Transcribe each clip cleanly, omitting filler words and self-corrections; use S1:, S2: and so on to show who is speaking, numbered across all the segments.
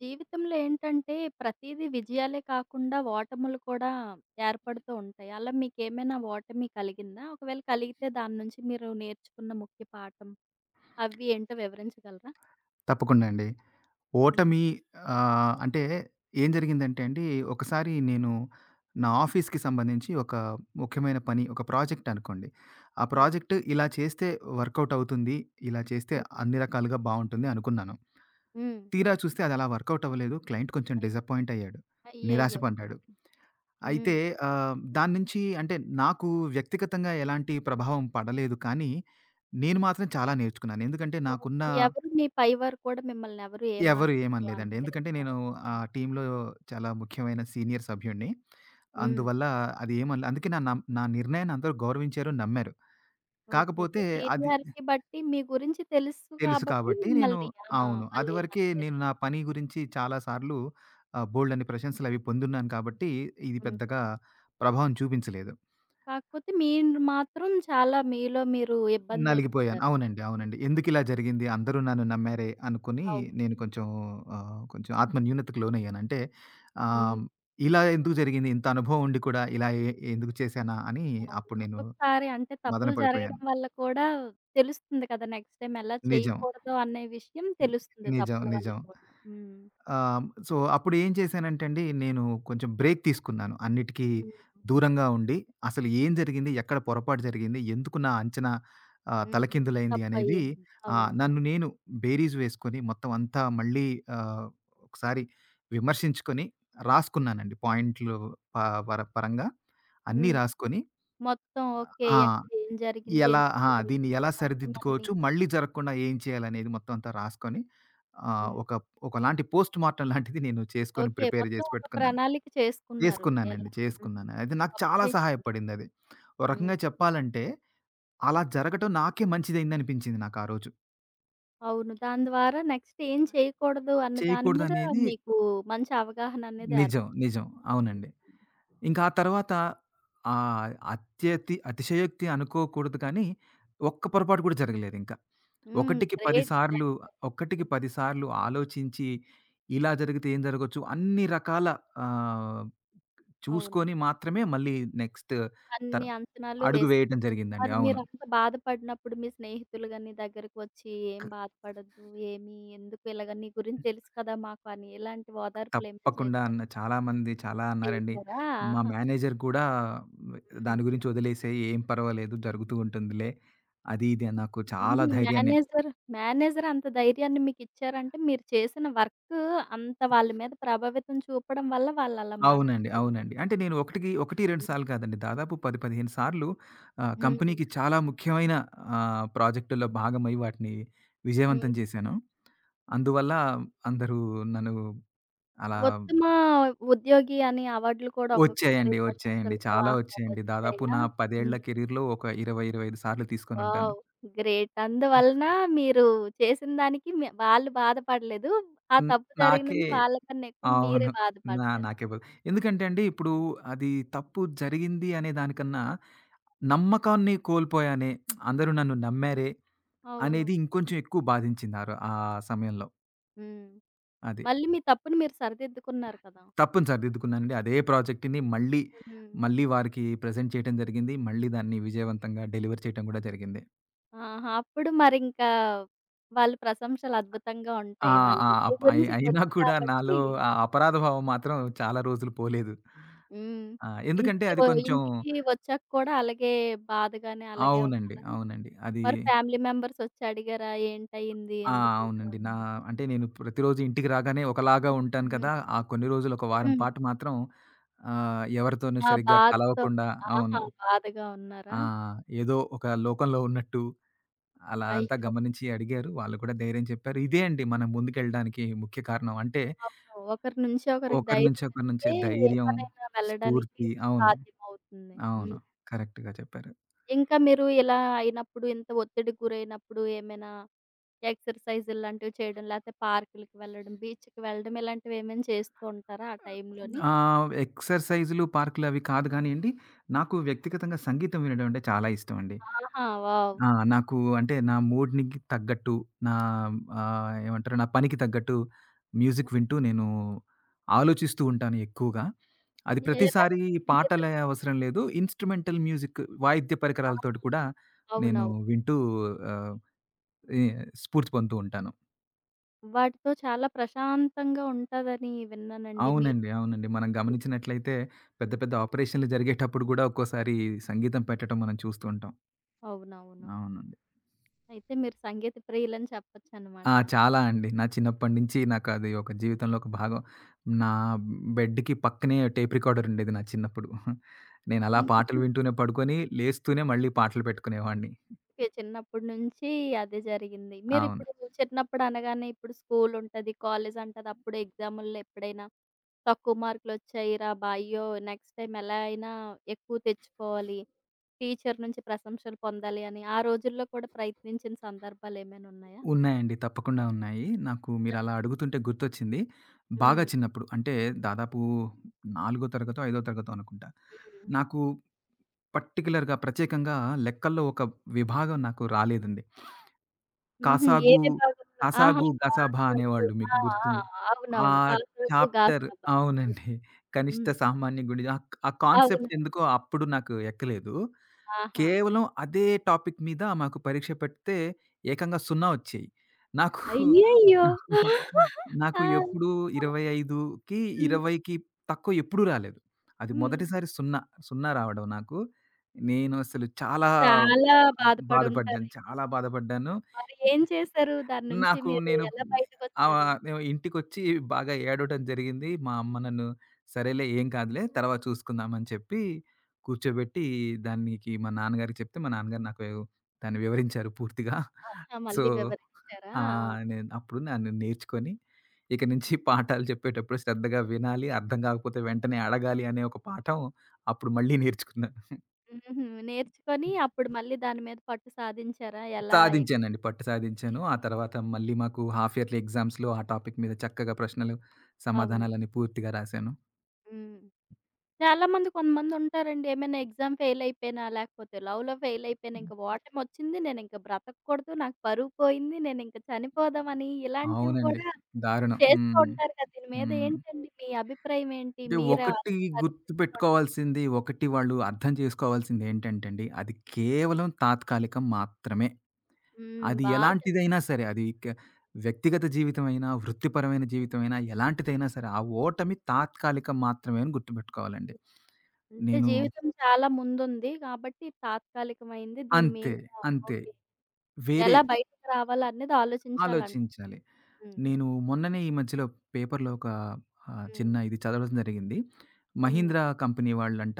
S1: జీవితంలో ఏంటంటే ప్రతీదీ విజయాలే కాకుండా ఓటములు కూడా ఏర్పడుతూ ఉంటాయి. అలా మీకేమైనా ఓటమి కలిగిందా? ఒకవేళ కలిగితే దాని నుంచి మీరు నేర్చుకున్న ముఖ్య పాఠం అవి ఏంటో వివరించగలరా?
S2: తప్పకుండా అండి.
S1: హ్మ్.
S2: ఓటమి అంటే ఏం జరిగిందంటే అండి, ఒకసారి నేను నా ఆఫీస్‌కి సంబంధించి ఒక ముఖ్యమైన పని, ఒక ప్రాజెక్ట్ అనుకోండి. ఆ
S1: ఓకే.
S2: ప్రాజెక్ట్ ఇలా చేస్తే వర్కౌట్ అవుతుంది. ఇలా చేస్తే
S1: హ్మ్.
S2: అన్ని రకాలుగా బావుంటుంది అనుకున్నాను.
S1: హ్మ్.
S2: తీరా చూస్తే అది అలా వర్కౌట్ అవ్వలేదు. క్లయింట్ కొంచెం
S1: అయ్
S2: డిసప్పాయింట్ అయ్యాడు. నిరాశ
S1: అయ్యయ్యో!
S2: పడ్డాడు. అయితే
S1: హ్మ్.
S2: దాని నుంచి అంటే నాకు వ్యక్తిగతంగా ఎలాంటి ప్రభావం పడలేదు. కానీ నేను మాత్రం చాలా నేర్చుకున్నాను. ఎందుకంటే నాకున్న
S1: ఓకే. ఎవరు మీ పైవారు కూడా మిమ్మల్ని ఎవరు ఏ మాట
S2: ఎవరు ఏమనలేదండి.
S1: అనలేదు.
S2: ఎందుకంటే నేను
S1: ఓకే.
S2: ఆ టీమ్‌లో చాలా ముఖ్యమైన సీనియర్ సభ్యుడిని.
S1: హ్మ్.
S2: అందువల్ల అది ఏమనలే. అందుకే నా నిర్ణయాన్ని అందరూ గౌరవించారు, నమ్మారు.
S1: ఓకే.
S2: కాకపోతే
S1: మీ
S2: అది
S1: సీనియారిటీ బట్టి మీ గురించి తెలుసు
S2: తెలుసు
S1: కాబట్టి
S2: కాబట్టి నేను
S1: మిమ్మల్ని ఆ!
S2: అవును. అదివరకే
S1: వాళ్ళేమనలేదు.
S2: నేను నా పని గురించి చాలా సార్లు బోలెడన్ని ప్రశంసలవి పొందున్నాను కాబట్టి, ఇది
S1: హ్మ్.
S2: పెద్దగా ప్రభావం చూపించలేదు.
S1: కాకపోతే మీరు మాత్రం చాలా మీలో మీరు ఇబ్బందే
S2: నలిగిపోయాను.
S1: పడ్డారు.
S2: అవునండి.
S1: హ్మ్.
S2: అవునండి. ఎందుకిలా జరిగింది? అందరూ నన్ను నమ్మారే అనుకుని
S1: అవును.
S2: నేను కొంచెం కొంచెం ఆత్మ న్యూనతకు లోనయ్యాను. అంటే
S1: హ్మ్.
S2: ఆహ్, ఇలా ఎందుకు జరిగింది? ఇంత అనుభవం ఉండి కూడా ఇలా ఎందుకు చేశానా అని
S1: అవును.
S2: అప్పుడు నేను
S1: ఒక్కొక్కసారి అంటే
S2: మదన
S1: తప్పులు
S2: పడిపోయాను.
S1: జరగడం వల్ల కూడా తెలుస్తుంది కదా! నెక్స్ట్ టైమ్ ఎలా
S2: నిజం.
S1: చేయకూడదు అనే విషయం తెలుస్తుంది
S2: నిజం.
S1: తప్పుల వల్ల
S2: నిజం.
S1: కూడా. హ్మ్.
S2: సో, అప్పుడు ఏం చేశానంటే అండి, నేను కొంచెం బ్రేక్ తీసుకున్నాను. అన్నిటికి
S1: హ్మ్.
S2: దూరంగా ఉండి, అసలు ఏం జరిగింది? ఎక్కడ పొరపాటు జరిగింది? ఎందుకు నా అంచనా
S1: హ్మ్.
S2: తలకిందులైంది అనేది
S1: తప్పయింది. అవును.
S2: నన్ను నేను బేరీజు వేసుకొని మొత్తం అంతా మళ్ళీ ఆహ్, ఒకసారి విమర్శించుకొని రాసుకున్నానండి. పాయింట్లు ప పర పరంగా అన్నీ
S1: హ్మ్.
S2: రాసుకొని
S1: మొత్తం ఓకే.
S2: ఆ!
S1: ఎక్కడ ఏం జరిగింది?
S2: ఎలా ఆ!
S1: ఎందుకు
S2: దీన్ని
S1: జరిగింది?
S2: ఎలా
S1: మొత్తం అన్నీ
S2: సరిదిద్దుకోవచ్చు? మళ్ళీ జరగకుండా ఏం చేయాలనేది మొత్తం అంతా రాసుకొని ఆహ్,
S1: హ్మ్.
S2: ఒక ఒకలాంటి పోస్ట్ మార్టం లాంటిది నేను చేసుకొని
S1: ఓకే.
S2: ప్రిపేర్
S1: మొత్తం
S2: జేసి
S1: ఒక
S2: పెట్టుకున్నాను.
S1: ప్రణాళిక చేసుకున్నారు.
S2: చేసుకున్నానండి.
S1: ఎలా హ్మ్.
S2: చేసుకున్నాను. అది నాకు
S1: గొప్ప
S2: చాలా
S1: విషయం.
S2: సహాయపడిందది. ఓ
S1: హ్మ్.
S2: రకంగా చెప్పాలంటే అలా జరగటం నాకే మంచిదయిందనిపించింది నాకు ఆ రోజు.
S1: అవును. దాని ద్వారా నెక్స్ట్ ఏం చేయకూడదు అన్న దాని మీద
S2: చేయకూడదనేది
S1: మీకు మంచి అవగాహన అనేది
S2: నిజం. నిజం.
S1: ఏర్పడింది.
S2: అవునండి. ఇంకా ఆ తర్వాత అతిశయోక్తి అనుకోకూడదు కానీ, ఒక్క పొరపాటు కూడా జరగలేదింక.
S1: హ్మ్.
S2: 1కి 10
S1: గ్రేట్ అలా
S2: సార్లు
S1: అయితే.
S2: 1కి
S1: హ్మ్.
S2: 10 సార్లు ఆలోచించి, ఇలా జరిగితే ఏం జరగొచ్చు అన్ని రకాల ఆహ్,
S1: అవును.
S2: చూసుకొని మాత్రమే మళ్ళీ నెక్స్ట్ తర
S1: అన్ని అంచనాలు
S2: అడుగు వేయటం జరిగిందండి.
S1: మరి
S2: అవును.
S1: మీరంత బాధపడినప్పుడు మీ స్నేహితులు గాని దగ్గరికి వచ్చి ఏం
S2: క
S1: బాధపడొద్దు, ఏమి ఎందుకు ఇలాగ నీ గురించి తెలుసు కదా మాకు అని ఇలాంటి ఓదార్పులేమైనా
S2: తప్పకుండా
S1: చేశారా?
S2: అన్న చాలామంది చాలా అన్నారండి.
S1: చేశారా?
S2: మా
S1: ఆహా!
S2: మేనేజర్ కూడా
S1: హ్మ్.
S2: దాని గురించి వదిలేసేయి ఏం పర్వాలేదు జరుగుతూ ఉంటుందిలే. అది ఇది అని నాకు చాలా
S1: హుహు.
S2: ధైర్యాన్ని
S1: మేనేజర్, మేనేజర్ అంత ధైర్యాన్ని మీకిచ్చారంటే, మీరు చేసిన వర్కు అంత వాళ్ళ మీద ప్రభావితం చూపడం వల్ల వాళ్ళలా
S2: అవునండి.
S1: మాట్లాడగలిగారు.
S2: అవునండి. అంటే నేను ఒకటికి 1, 2 సార్లు కాదండి. దాదాపు 10, 15 సార్లు
S1: హ్మ్.
S2: కంపెనీకి చాలా ముఖ్యమైన ప్రాజెక్టుల్లో భాగమై వాటిని
S1: హ్మ్.
S2: విజయవంతం చేశాను. అందువల్ల అందరూ నన్ను అలా
S1: ఉత్తమ ఉద్యోగి అని అవార్డులు కూడా ఒక్కొక్కసారి
S2: వచ్చాయండి. వచ్చాయండి.
S1: ప్రశంసలతో
S2: చాలా
S1: ఆహా!
S2: వచ్చాయండి. దాదాపు
S1: వచ్చాయా?
S2: నా 10 ఏళ్ల
S1: హ్మ్.
S2: కెరీర్‌లో ఒక 20, 25 సార్లు తీసుకొనుంటాను.
S1: వావ్! గ్రేట్. అందువలన మీరు చేసిన దానికి మి వాళ్ళు బాధపడలేదు. ఆ
S2: హ్మ్.
S1: తప్పు
S2: నాకే
S1: జరిగినందు వాళ్ళకన్నా ఎక్కువ మీరే
S2: అవును. నా
S1: బాధపడ్డారు.
S2: నాకే బ ఎందుకంటే అండి ఇప్పుడు
S1: ఉమ్.
S2: అది తప్పు జరిగింది అనే దానికన్నా నమ్మకాన్ని కోల్పోయానే అందరూ నన్ను నమ్మారే
S1: అవును.
S2: అనేది ఇంకొంచెం ఎక్కువ బాధించింది. ఆ సమయంలో.
S1: హ్మ్.
S2: అది.
S1: మళ్ళీ మీ తప్పుని మీరు సరిదిద్దుకున్నారు కదా!
S2: తప్పుని సరిదిద్దుకున్నానండి. అదే ప్రాజెక్ట్‌ని మళ్ళీ,
S1: హ్మ్.
S2: మళ్ళీ వారికి ప్రెజెంట్ చేయటం జరిగింది. మళ్ళీ దాన్ని విజయవంతంగా డెలివర్ చేయటం కూడా జరిగింది.
S1: ఆహా! అప్పుడు మరింకా వాళ్ళ ప్రశంసలు అద్భుతంగా
S2: ఆ!
S1: ఉంటాయి.
S2: ఆ!
S1: మళ్ళీ మీ
S2: అప్ అయి
S1: గురించి
S2: అయినా
S1: తెలుసు
S2: కూడా
S1: కాబట్టి
S2: నాలో ఆ అపరాధ భావం మాత్రం చాలా రోజులు పోలేదు.
S1: హ్మ్.
S2: ఆ! ఎందుకంటే
S1: ఇంటికి
S2: అది
S1: వ
S2: కొంచెం
S1: ఇంటికి వచ్చాక కూడా అలాగే బాధగానే అలాగే
S2: అవునండి.
S1: ఉన్నారా?
S2: అవునండి. అది
S1: మరి ఫ్యామిలీ మెంబర్స్ వచ్చి అడిగారా? ఏంటయింది?
S2: ఆ!
S1: ఎందుకు ఇలా
S2: అవునండి.
S1: ఉన్నావు అని?
S2: అంటే నేను ప్రతిరోజు ఇంటికి రాగానే ఒకలాగా ఉంటాను
S1: హ్మ్.
S2: కదా! ఆ కొన్ని రోజులు ఒక వారం
S1: హ్మ్.
S2: పాటు మాత్రం ఎవరితోనూ
S1: ఆ
S2: సరిగ్గా
S1: బాధతో
S2: కలవకుండా అవును.
S1: ఆహా! బాధగా
S2: ఆ!
S1: ఉన్నారా?
S2: ఏదో ఒక లోకంలో ఉన్నట్టు అలా అదంతా
S1: అయ్యో!
S2: గమనించి అడిగారు. వాళ్ళు కూడా ధైర్యం చెప్పారు. ఇదే అండి మనం ముందుకెళ్ళడానికి ముఖ్య కారణం. అంటే
S1: అవును. ఒకరి నుంచి ఒకరికి
S2: ఒకరి నుంచి
S1: ధైర్యం
S2: ఒకరి నుంచే
S1: ఇస్తే ఏ
S2: ధైర్యం,
S1: పనైనా వెళ్ళడానికి
S2: స్ఫూర్తి. అవును.
S1: సాధ్యమవుతుంది.
S2: అవును.
S1: హ్మ్.
S2: కరెక్ట్‌గా చెప్పారు.
S1: ఇంకా మీరు ఇలా అయినప్పుడు, ఇంత ఒత్తిడికి గురైనప్పుడు ఏమైనా ఎక్సర్‌సైజులు లాంటివి చేయడం, లేతే పార్కులకి వెళ్ళడం, బీచ్‌కి వెళ్ళడం ఇలాంటివి ఏమైనా చేస్తూ ఉంటారా ఆ టైంలోని?
S2: ఎక్సర్‌సైజులు, పార్కులు అవి కాదు గానీయండి, నాకు వ్యక్తిగతంగా సంగీతం వినడం అంటే చాలా ఇష్టం అండి.
S1: ఆహా! వావ్!
S2: ఆ! నాకు అంటే నా మూడ్‌నికి తగ్గట్టు నా ఏమంటారు? నా పనికి తగ్గట్టు మ్యూజిక్ వింటూ నేను ఆలోచిస్తూ ఉంటాను ఎక్కువగా. అది
S1: ఎలాంటి
S2: ప్రతిసారి పాటల
S1: సంగీతం?
S2: అవసరం లేదు. ఇన్‌స్ట్రుమెంటల్ మ్యూజిక్ వాయిద్య
S1: ఆహా!
S2: పరికరాలతోటి కూడా నేను
S1: అవునవును.
S2: వింటూ ఆహ్, ఈ స్ఫూర్తి పొందుతూ ఉంటాను.
S1: వాటితో చాలా ప్రశాంతంగా ఉంటాదని విన్నానండి. మీరు
S2: అవునండి. అవునండి. మనం గమనించినట్లయితే పెద్ద
S1: హ్మ్.
S2: పెద్ద ఆపరేషన్‌లు జరిగేటప్పుడు గూడా ఒక్కోసారి సంగీతం పెట్టడం మనం చూస్తూ ఉంటాం.
S1: అవునవును.
S2: అవునండి.
S1: అయితే మీరు సంగీత ప్రియులని
S2: ఆ!
S1: చెప్పొచ్చనమాట.
S2: చాలా అండి. నా చిన్నప్పటి నుంచి నాకది ఒక జీవితంలో ఒక భాగం. నా బెడ్‌కి పక్కనే టేప్ రికార్డర్ ఉండేది నా చిన్నప్పుడు. నేనలా పాటలు
S1: హ్మ్.
S2: వింటూనే పడుకొని, లేస్తూనే మళ్ళీ పాటలు పెట్టుకునేవాడిని.
S1: ఓకే. చిన్నప్పటి నుంచి అదే జరిగింది.
S2: అవును.
S1: మీరిప్పుడు చిన్నప్పుడు అనగానే ఇప్పుడు స్కూల్ ఉంటది, కాలేజ్ అంటది. అప్పుడు ఎగ్జాముల్లో ఎప్పుడైనా తక్కువ మార్కులొచ్చాయిరా బా! అయ్యో! నెక్స్ట్ టైమ్ ఎలా అయినా ఎక్కువ తెచ్చుకోవాలి. టీచర్ నుంచి ప్రశంసలు పొందాలి అని ఆ రోజుల్లో కూడా ప్రయత్నించిన సందర్భాలేమైనా ఉన్నాయా?
S2: ఉన్నాయండి. తప్పకుండా ఉన్నాయి. నాకు మీరలా అడుగుతుంటే గుర్తొచ్చింది. బాగా
S1: హ్మ్.
S2: చిన్నప్పుడు అంటే దాదాపు నాలుగో తరగతో, ఐదో తరగతో అనుకుంటా.
S1: హ్మ్.
S2: నాకు పర్టిక్యులర్‌గా ప్రత్యేకంగా లెక్కల్లో ఒక విభాగం నాకు రాలేదండి.
S1: హుహు. ఏ
S2: 'కాసాగు
S1: విభాగంలో? ఆహా!
S2: కాసాగు గసాభా'
S1: కాసాబు.
S2: అనేవాళ్ళు మీకు
S1: ఆ! ఆ!
S2: గుర్తుందా? ఆ
S1: అవునవును. కాసాబు,
S2: చాప్టర్
S1: గాసాబా.
S2: అవునండి. 'కనిష్ట
S1: హ్మ్.
S2: సామాన్య గుడి' ఆ ఆ కాన్సెప్ట్
S1: అవునవును.
S2: ఎందుకో అప్పుడు నాకు ఎక్కలేదు.
S1: ఆహా!
S2: కేవలం అదే టాపిక్ మీద మాకు పరీక్ష పెడితే ఏకంగా 0 వచ్చాయి. నాకు
S1: అయ్యయ్యో!
S2: నాకు
S1: ఆ!
S2: ఎప్పుడూ 25కి
S1: హ్మ్.
S2: 20కి తక్కువ ఎప్పుడూ రాలేదు. అది
S1: హ్మ్.
S2: మొదటిసారి 0, 0 రావడం నాకు. నేను అసలు చాలా
S1: చాలా
S2: బాధపడ్డాను.
S1: బాధపడుంటారైతే.
S2: చాలా బాధపడ్డాను.
S1: మరి ఏం చేశారు? దాని నుంచి
S2: నాకు
S1: మీరు
S2: నేను
S1: ఎలా బయటకొచ్చారు?
S2: నేను ఇంటికొచ్చి బాగా ఏడవటం జరిగింది. మా అమ్మ నన్ను సరేలే ఏం కాదులే తర్వాత చూసుకుందాం అని చెప్పి కూర్చోబెట్టి దానికి మా నాన్నగారికి చెప్తే మా నాన్నగారు నాకు దాన్ని వివరించారు పూర్తిగా.
S1: ఆహా!
S2: సో,
S1: మళ్ళీ వివరించారా? ఆ!
S2: నేను అప్పుడు నన్ను నేర్చుకొని ఇక నుంచి పాఠాలు చెప్పేటప్పుడు శ్రద్ధగా వినాలి, అర్థం కాకపోతే వెంటనే అడగాలి అనే ఒక పాఠం అప్పుడు మళ్ళీ నేర్చుకున్నాను.
S1: హుహు. నేర్చుకొని అప్పుడు మళ్ళీ దాని మీద పట్టు సాధించారా? ఎలా ఎ
S2: సాధించానండి. పట్టు సాధించాను. ఆ తర్వాత మళ్ళీ మాకు హాఫ్ ఇయర్లీ ఎగ్జామ్స్‌లో ఆ టాపిక్ మీద చక్కగా ప్రశ్నలు,
S1: అవును.
S2: సమాధానాలన్నీ పూర్తిగా రాశాను.
S1: హ్మ్. చాలామంది కొంతమందుంటారండి. ఏమైనా ఎగ్జామ్ ఫెయిల్ అయిపోయినా, లేకపోతే లవ్‌లో ఫెయిల్ అయిపోయినా,
S2: హ్మ్.
S1: ఇంక ఓటమొచ్చింది నేనింక బ్రతకూడదు, నాకు పరువు పోయింది, నేనింక చనిపోదామని ఇలాంటివి
S2: అవునండి.
S1: కూడా
S2: దారుణం.
S1: చేస్తూ
S2: హ్మ్.
S1: ఉంటారు కదా! దీని మీద
S2: హ్మ్.
S1: ఏంటండి మీ అభిప్రాయం ఏంటి?
S2: అంటే
S1: మీరు
S2: ఒకటి
S1: అదే పరిస్థితిలో ఉండి
S2: గుర్తుపెట్టుకోవాల్సింది, ఒకటి వాళ్ళు అర్థం చేసుకోవాల్సింది ఏంటంటే అండి, అది
S1: హ్మ్.
S2: కేవలం తాత్కాలికం మాత్రమే.
S1: హ్మ్.
S2: అది
S1: బాగా చెప్
S2: ఎలాంటిదైనా సరే, అది క వ్యక్తిగత జీవితమైనా, వృత్తిపరమైన జీవితమైనా, ఎలాంటిదైనా సరే, ఆ ఓటమి తాత్కాలికం మాత్రమే అని గుర్తుపెట్టుకోవాలండి.
S1: అంటే
S2: నేను
S1: జీవితం చాలా ముందుంది కాబట్టి తాత్కాలికమైంది. దీని
S2: అంతే.
S1: మీద
S2: అంతే.
S1: ఓకే.
S2: వేరే
S1: ఎలా బయటకి రావాలనేది ఆలోచించాలంట.
S2: ఆలోచించాలి.
S1: హ్మ్.
S2: నేను మొన్ననే ఈ మధ్యలో పేపర్‌లో ఒక
S1: హ్మ్.
S2: చిన్న ఇది చదవడం జరిగింది.
S1: హ్మ్.
S2: మహీంద్రా కంపెనీ వాళ్ళంట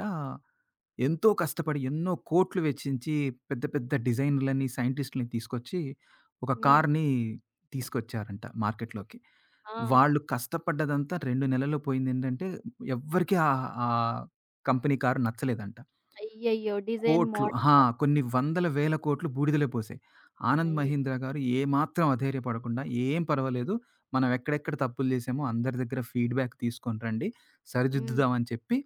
S2: ఎంతో కష్టపడి ఎన్నో కోట్లు వెచ్చించి పెద్ద పెద్ద డిజైనర్లని, సైంటిస్ట్‌లని తీసుకొచ్చి ఒక
S1: హ్మ్.
S2: కార్‌ని తీసుకొచ్చారంట మార్కెట్‌లోకి.
S1: ఆ!
S2: వాళ్ళు కష్టపడ్డదంతా 2 నెలల్లో పోయిందేంటంటే ఎవ్వరికీ ఆ ఆ కంపెనీ కారు నచ్చలేదంట.
S1: అయ్యయ్యో! డిజైన్
S2: కోట్లు.
S1: మోడల్
S2: ఆ! కొన్ని వందల వేల కోట్లు బూడిదలో పోసాయి. ఆనంద్
S1: అయ్యో!
S2: మహీంద్ర గారు ఏమాత్రం అధైర్యపడకుండా, "ఏం పర్వాలేదు. మనం ఎక్కడెక్కడ తప్పులు చేశామో అందరి దగ్గర ఫీడ్‌బ్యాక్ తీసుకొని రండి.
S1: హ్మ్.
S2: సరిదిద్దుదాం" అని చెప్పి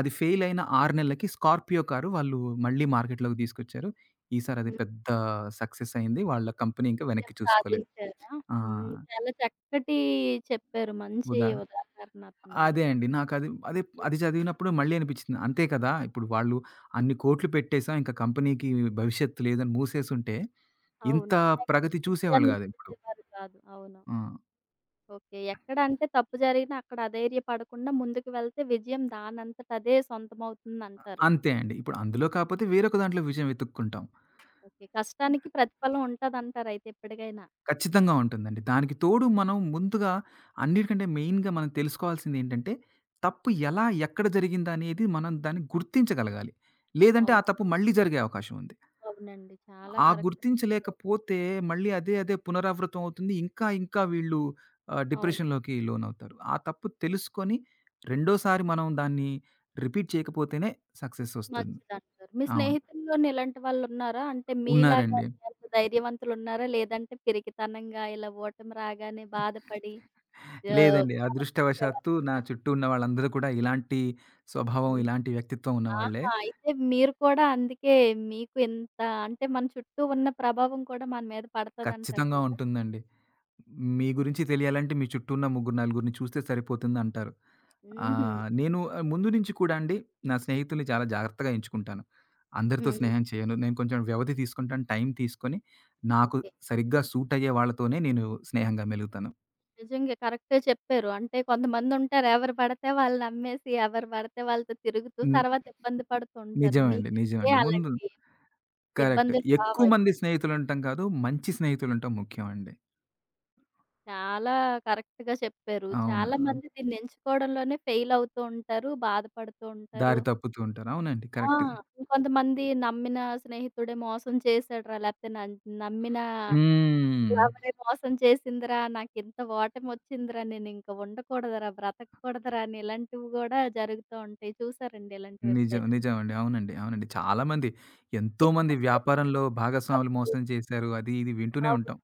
S2: అది ఫెయిల్ అయిన 6 నెలలకి స్కార్పియో కారు వాళ్ళు మళ్ళీ మార్కెట్‌లోకి తీసుకొచ్చారు. ఈసారి అది
S1: హ్మ్.
S2: పెద్ద సక్సెస్ అయింది. వాళ్ళ కంపెనీ ఇంకా
S1: విజయం
S2: వెనక్కి చూసుకోలేదు.
S1: సాధించారా?
S2: ఆ!
S1: హ్మ్. చాలా చక్కటి చెప్పారు. మంచి
S2: ఉదా
S1: ఉదాహరణ ఉంది.
S2: అదే అండి. నాకది అదే అది
S1: హ్మ్.
S2: చదివినప్పుడు మళ్ళీ అనిపిచ్చింది. అంతే కదా! ఇప్పుడు వాళ్ళు అన్ని కోట్లు పెట్టేసాం. ఇంక కంపెనీకి భవిష్యత్తు లేదని మూసేసుంటే, ఇంత
S1: అవునవును.
S2: ప్రగతి చూసేవాళ్ళు
S1: విజయాన్ని
S2: గాదు ఇప్పుడు.
S1: చూసేవారు కాదు. అవును.
S2: ఆ!
S1: ఓకే. ఎక్కడ అంటే తప్పు జరిగినా అక్కడ అధైర్యపడకుండా ముందుకు వెళ్తే విజయం దానంతట అదే సొంతమవుతుందంటారు.
S2: అంతే అండి. ఇప్పుడు అందులో కాపోతే వేరొక దాంట్లో విజయం వెతుక్కుంటాం.
S1: ఓకే. కష్టానికి ప్రతిఫలం ఉంటదంటారయితే ఎప్పటికైనా.
S2: ఖచ్చితంగా ఉంటుందండి. దానికి తోడు మనం ముందుగా అన్నిటికంటే మెయిన్‌గా మనం తెలుసుకోవాల్సిందేంటంటే, తప్పు ఎలా, ఎక్కడ జరిగిందనేది మనం దాన్ని గుర్తించగలగాలి. లేదంటే ఆ
S1: అవును.
S2: తప్పు మళ్ళీ జరిగే అవకాశం ఉంది.
S1: అవునండి. చాలా
S2: ఆ
S1: కరెక్ట్ చెప్పారు.
S2: గుర్తించలేకపోతే మళ్ళీ అదే పునరావృతం అవుతుంది. ఇంకా, ఇంకా వీళ్ళు
S1: అవును.
S2: డిప్రెషన్‌లోకి లోనవుతారు. ఆ తప్పు తెలుసుకొని రెండోసారి మనం దాన్ని రిపీట్ చేయకపోతేనే సక్సెస్ ఒస్తుంది.
S1: మంచిదంటారు. మీ
S2: అవును.
S1: స్నేహితుల్లోని ఇలాంటి వాళ్ళున్నారా? అంటే మీలాగా
S2: ఉన్నారండి.
S1: అంత ధైర్యవంతులున్నారా? లేదంటే పిరికితనంగా ఇలా ఓటమి రాగానే బాధపడి ఆహ్,
S2: లేదండి. అదృష్టవశాత్తు నా
S1: ప్రవర్తించేవాళ్ళున్నారా?
S2: చుట్టూ ఉన్న వాళ్ళందరూ కూడా ఇలాంటి స్వభావం, ఇలాంటి వ్యక్తిత్వం ఉన్నవాళ్ళే.
S1: ఆహా! అయితే మీరు కూడా అందుకే మీకు ఇంత అంటే మన చుట్టూ ఉన్న ప్రభావం కూడా మన మీద పడతదంటారు
S2: ఖచ్చితంగా
S1: గదా!
S2: ఉంటుందండి. మీ గురించి తెలియాలంటే మీ చుట్టూ ఉన్న ముగ్గురు, నలుగురిని చూస్తే సరిపోతుందంటారు.
S1: హుహు.
S2: ముందు నుంచి కూడా అండి నా స్నేహితుల్ని చాలా జాగ్రత్తగా ఎంచుకుంటాను. అందరితో
S1: హ్మ్.
S2: స్నేహం చేయను. నేను కొంచెం వ్యవధి తీసుకుంటాను. టైం తీసుకొని నాకు
S1: ఓకే.
S2: సరిగ్గా సూట్ అయ్యే వాళ్ళతోనే నేను స్నేహంగా మెలుగుతాను.
S1: నిజంగా కరెక్టే చెప్పారు. అంటే కొంతమందుంటారు ఎవరు పడితే వాళ్ళు నమ్మేసి, ఎవరు పడితే వాళ్ళతో తిరుగుతూ
S2: హ్మ్.
S1: తర్వాత ఇబ్బంది పడుతూ ఉంటారు.
S2: నిజమండి.
S1: మీకైతే
S2: నిజమండి. ముందు
S1: అలాంటి
S2: కరెక్ట్.
S1: ఇబ్బందులు
S2: ఎక్కువ
S1: రావు.
S2: మంది స్నేహితులుంటం కాదు. మంచి స్నేహితులుంటం ముఖ్యం అండి.
S1: చాలా కరెక్ట్‌గా చెప్పారు.
S2: అవును.
S1: చాలా మంది దీన్ని ఎంచుకోవడంలోనే ఫెయిల్ అవుతూ ఉంటారు, బాధపడుతూ ఉంటారు.
S2: దారి తప్పుతూ ఉంటారు. అవునండి.
S1: ఆ!
S2: కరెక్ట్.
S1: ఇంకొంతమంది నమ్మిన స్నేహితుడే మోసం చేసాడురా! లేకపోతే నమ్మిన
S2: హ్మ్.
S1: లవరే మోసం చేసిందిరా! నాకింత ఓటమొచ్చిందిరా! నేనింక ఉండకూడదురా! బ్రతకూడదురా! అని ఇలాంటివి గూడా జరుగుతూ ఉంటాయి. చూసారండి
S2: నిజం.
S1: ఇలాంటివెప్పుడైనా?
S2: నిజమండి. అవునండి. అవునండి. చాలామంది ఎంతోమంది
S1: ఏమనిపిస్తది
S2: వ్యాపారంలో భాగస్వాములు
S1: అప్పుడు?
S2: మోసం చేశారు. అది ఇది వింటూనే
S1: అవును.
S2: ఉంటాం.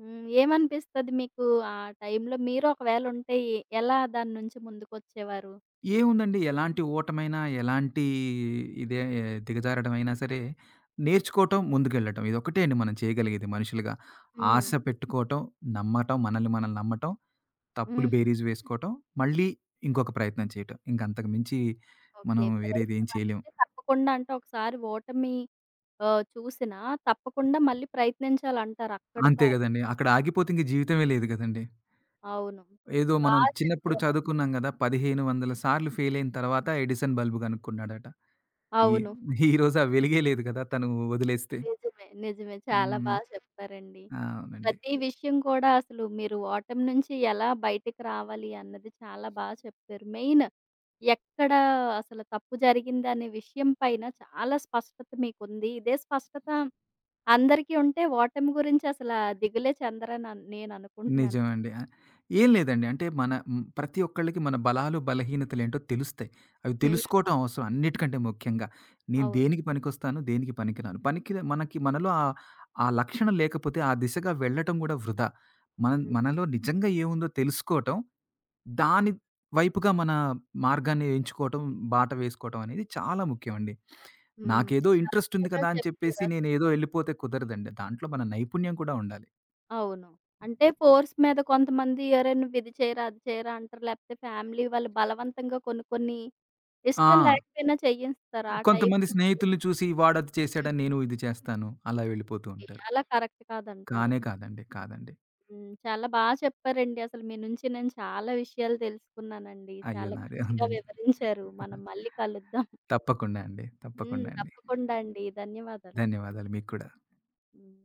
S1: హ్మ్. ఏమనిపిస్తది మీకు? ఆ టైంలో మీరు ఒకవేళ ఉంటే ఎలా దాని నుంచి ముందుకొచ్చేవారు?
S2: ఏముందండి ఎలాంటి ఓటమైనా, ఎలాంటి ఇదే దిగజారడమైనా సరే నేర్చుకోవటం, ముందుకెళ్ళటం. ఇదొక్కటే అండి మనం చేయగలిగేది మనుషులుగా.
S1: హ్మ్.
S2: ఆశ పెట్టుకోవటం, నమ్మటం, మనల్ని మనం నమ్మటం, తప్పులు
S1: హ్మ్.
S2: బేరీజు వేసుకోవటం, మళ్ళీ ఇంకొక ప్రయత్నం చేయటం. ఇంక అంతకు మించి మనం
S1: ఓకే.
S2: వేరేది ఏం
S1: ప్రయత్నం
S2: చేయలేం.
S1: అనేది తప్పకుండా అంటే ఒకసారి ఓటమి చూసినా తప్పకుండా మళ్ళీ ప్రయత్నించాలంటారు. అక్కడితో
S2: అంతే
S1: అయి
S2: గదండీ. అక్కడ ఆగిపోతే ఇంక జీవితమే లేదు గదండీ.
S1: అవును.
S2: ఏదో
S1: బా
S2: మనం చిన్నప్పుడు
S1: చెప్పారసలు.
S2: చదువుకున్నాం గదా! 15,000 సార్లు ఫెయిల్ అయిన తర్వాత ఎడిసన్ బల్బ్ గనుక్కున్నాడట. ఈ
S1: అవును.
S2: ఈ రోజు ఆ వెలుగే లేదు గదా! తను వదిలేస్తే.
S1: నిజమే. నిజమే. చాలా
S2: హ్మ్.
S1: బా చెప్పారండి.
S2: ఆ! అవునండి.
S1: ప్రతి విషయం కూడా అసలు మీరు ఓటమి నుంచి ఎలా బయటికి రావాలి అన్నది చాలా బా చెప్పారు. మెయిన్ ఎక్కడ అసలు తప్పు జరిగిందనే విషయం పైన చాలా స్పష్టత మీకుంది. ఇదే స్పష్టత అందరికీ ఉంటే ఓటమి గురించి అసల దిగులే చెందరని నేననుకుంటున్నాను.
S2: నిజమండి. ఏం లేదండి. అంటే మన హ్మ్, ప్రతి ఒక్కళ్ళకి మన బలాలు, బలహీనతలేంటో తెలుస్తాయి. అవి
S1: హ్మ్.
S2: తెలుసుకోవటం అవసరం అన్నిటికంటే ముఖ్యంగా. నేను
S1: అవును.
S2: దేనికి పనికొస్తాను, దేనికి పనికిరాను. మనకి మనలో ఆ లక్షణం లేకపోతే ఆ దిశగా వెళ్ళటం గూడా వృధా. మనం
S1: హ్మ్.
S2: మనలో నిజంగా ఏముందో తెలుసుకోవటం, దాని వైపుగా మన మార్గాన్ని ఎంచుకోవటం, బాట వేసుకోవటం అనేది చాలా ముఖ్యమండి.
S1: హ్మ్.
S2: నాకేదో ఇంట్రెస్ట్ ఉంది
S1: కరెక్ట్‌గా
S2: కదా! అని చెప్పేసి
S1: చెప్పారసలు.
S2: నేనేదో ఎళ్ళిపోతే కుదరదండి. దాంట్లో మన నైపుణ్యం కూడా ఉండాలి.
S1: అవును. అంటే ఫోర్స్ మీద కొంతమంది "అరె! నువ్విది చేయరా, అది చేయరా" అంటారు. లేకపోతే ఫ్యామిలీ వాళ్ళు బలవంతంగా కొన్ని కొన్ని
S2: ఆ!
S1: ఇష్టం లేకపోయినా చేయిస్తారు. ఆ
S2: కొంతమంది
S1: టైప్‌లోని
S2: స్నేహితుల్ని చూసి వాడది చేశాడని నేను ఇది చేస్తాను. అలా వెళ్ళిపోతూ
S1: ఓకే.
S2: ఉంటారు.
S1: అలా కరెక్ట్ కాదంటారు.
S2: కానే కాదండి. కాదండి.
S1: హ్మ్. చాలా బా చెప్పారండి. అసలు మీ నుంచి నేను చాలా విషయాలు తెలుసుకున్నానండి.
S2: అయ్యో!
S1: చాలా
S2: నాదే
S1: మంచిగా
S2: ఉందండి.
S1: వివరించారు. మనం మళ్ళీ కలుద్దాం.
S2: తప్పకుండా అండి.
S1: హ్మ్.
S2: తప్పకుండా అండి.
S1: తప్పకుండా అండి. ధన్యవాదాలు.
S2: ధన్యవాదాలు మీకు కూడా.
S1: హ్మ్.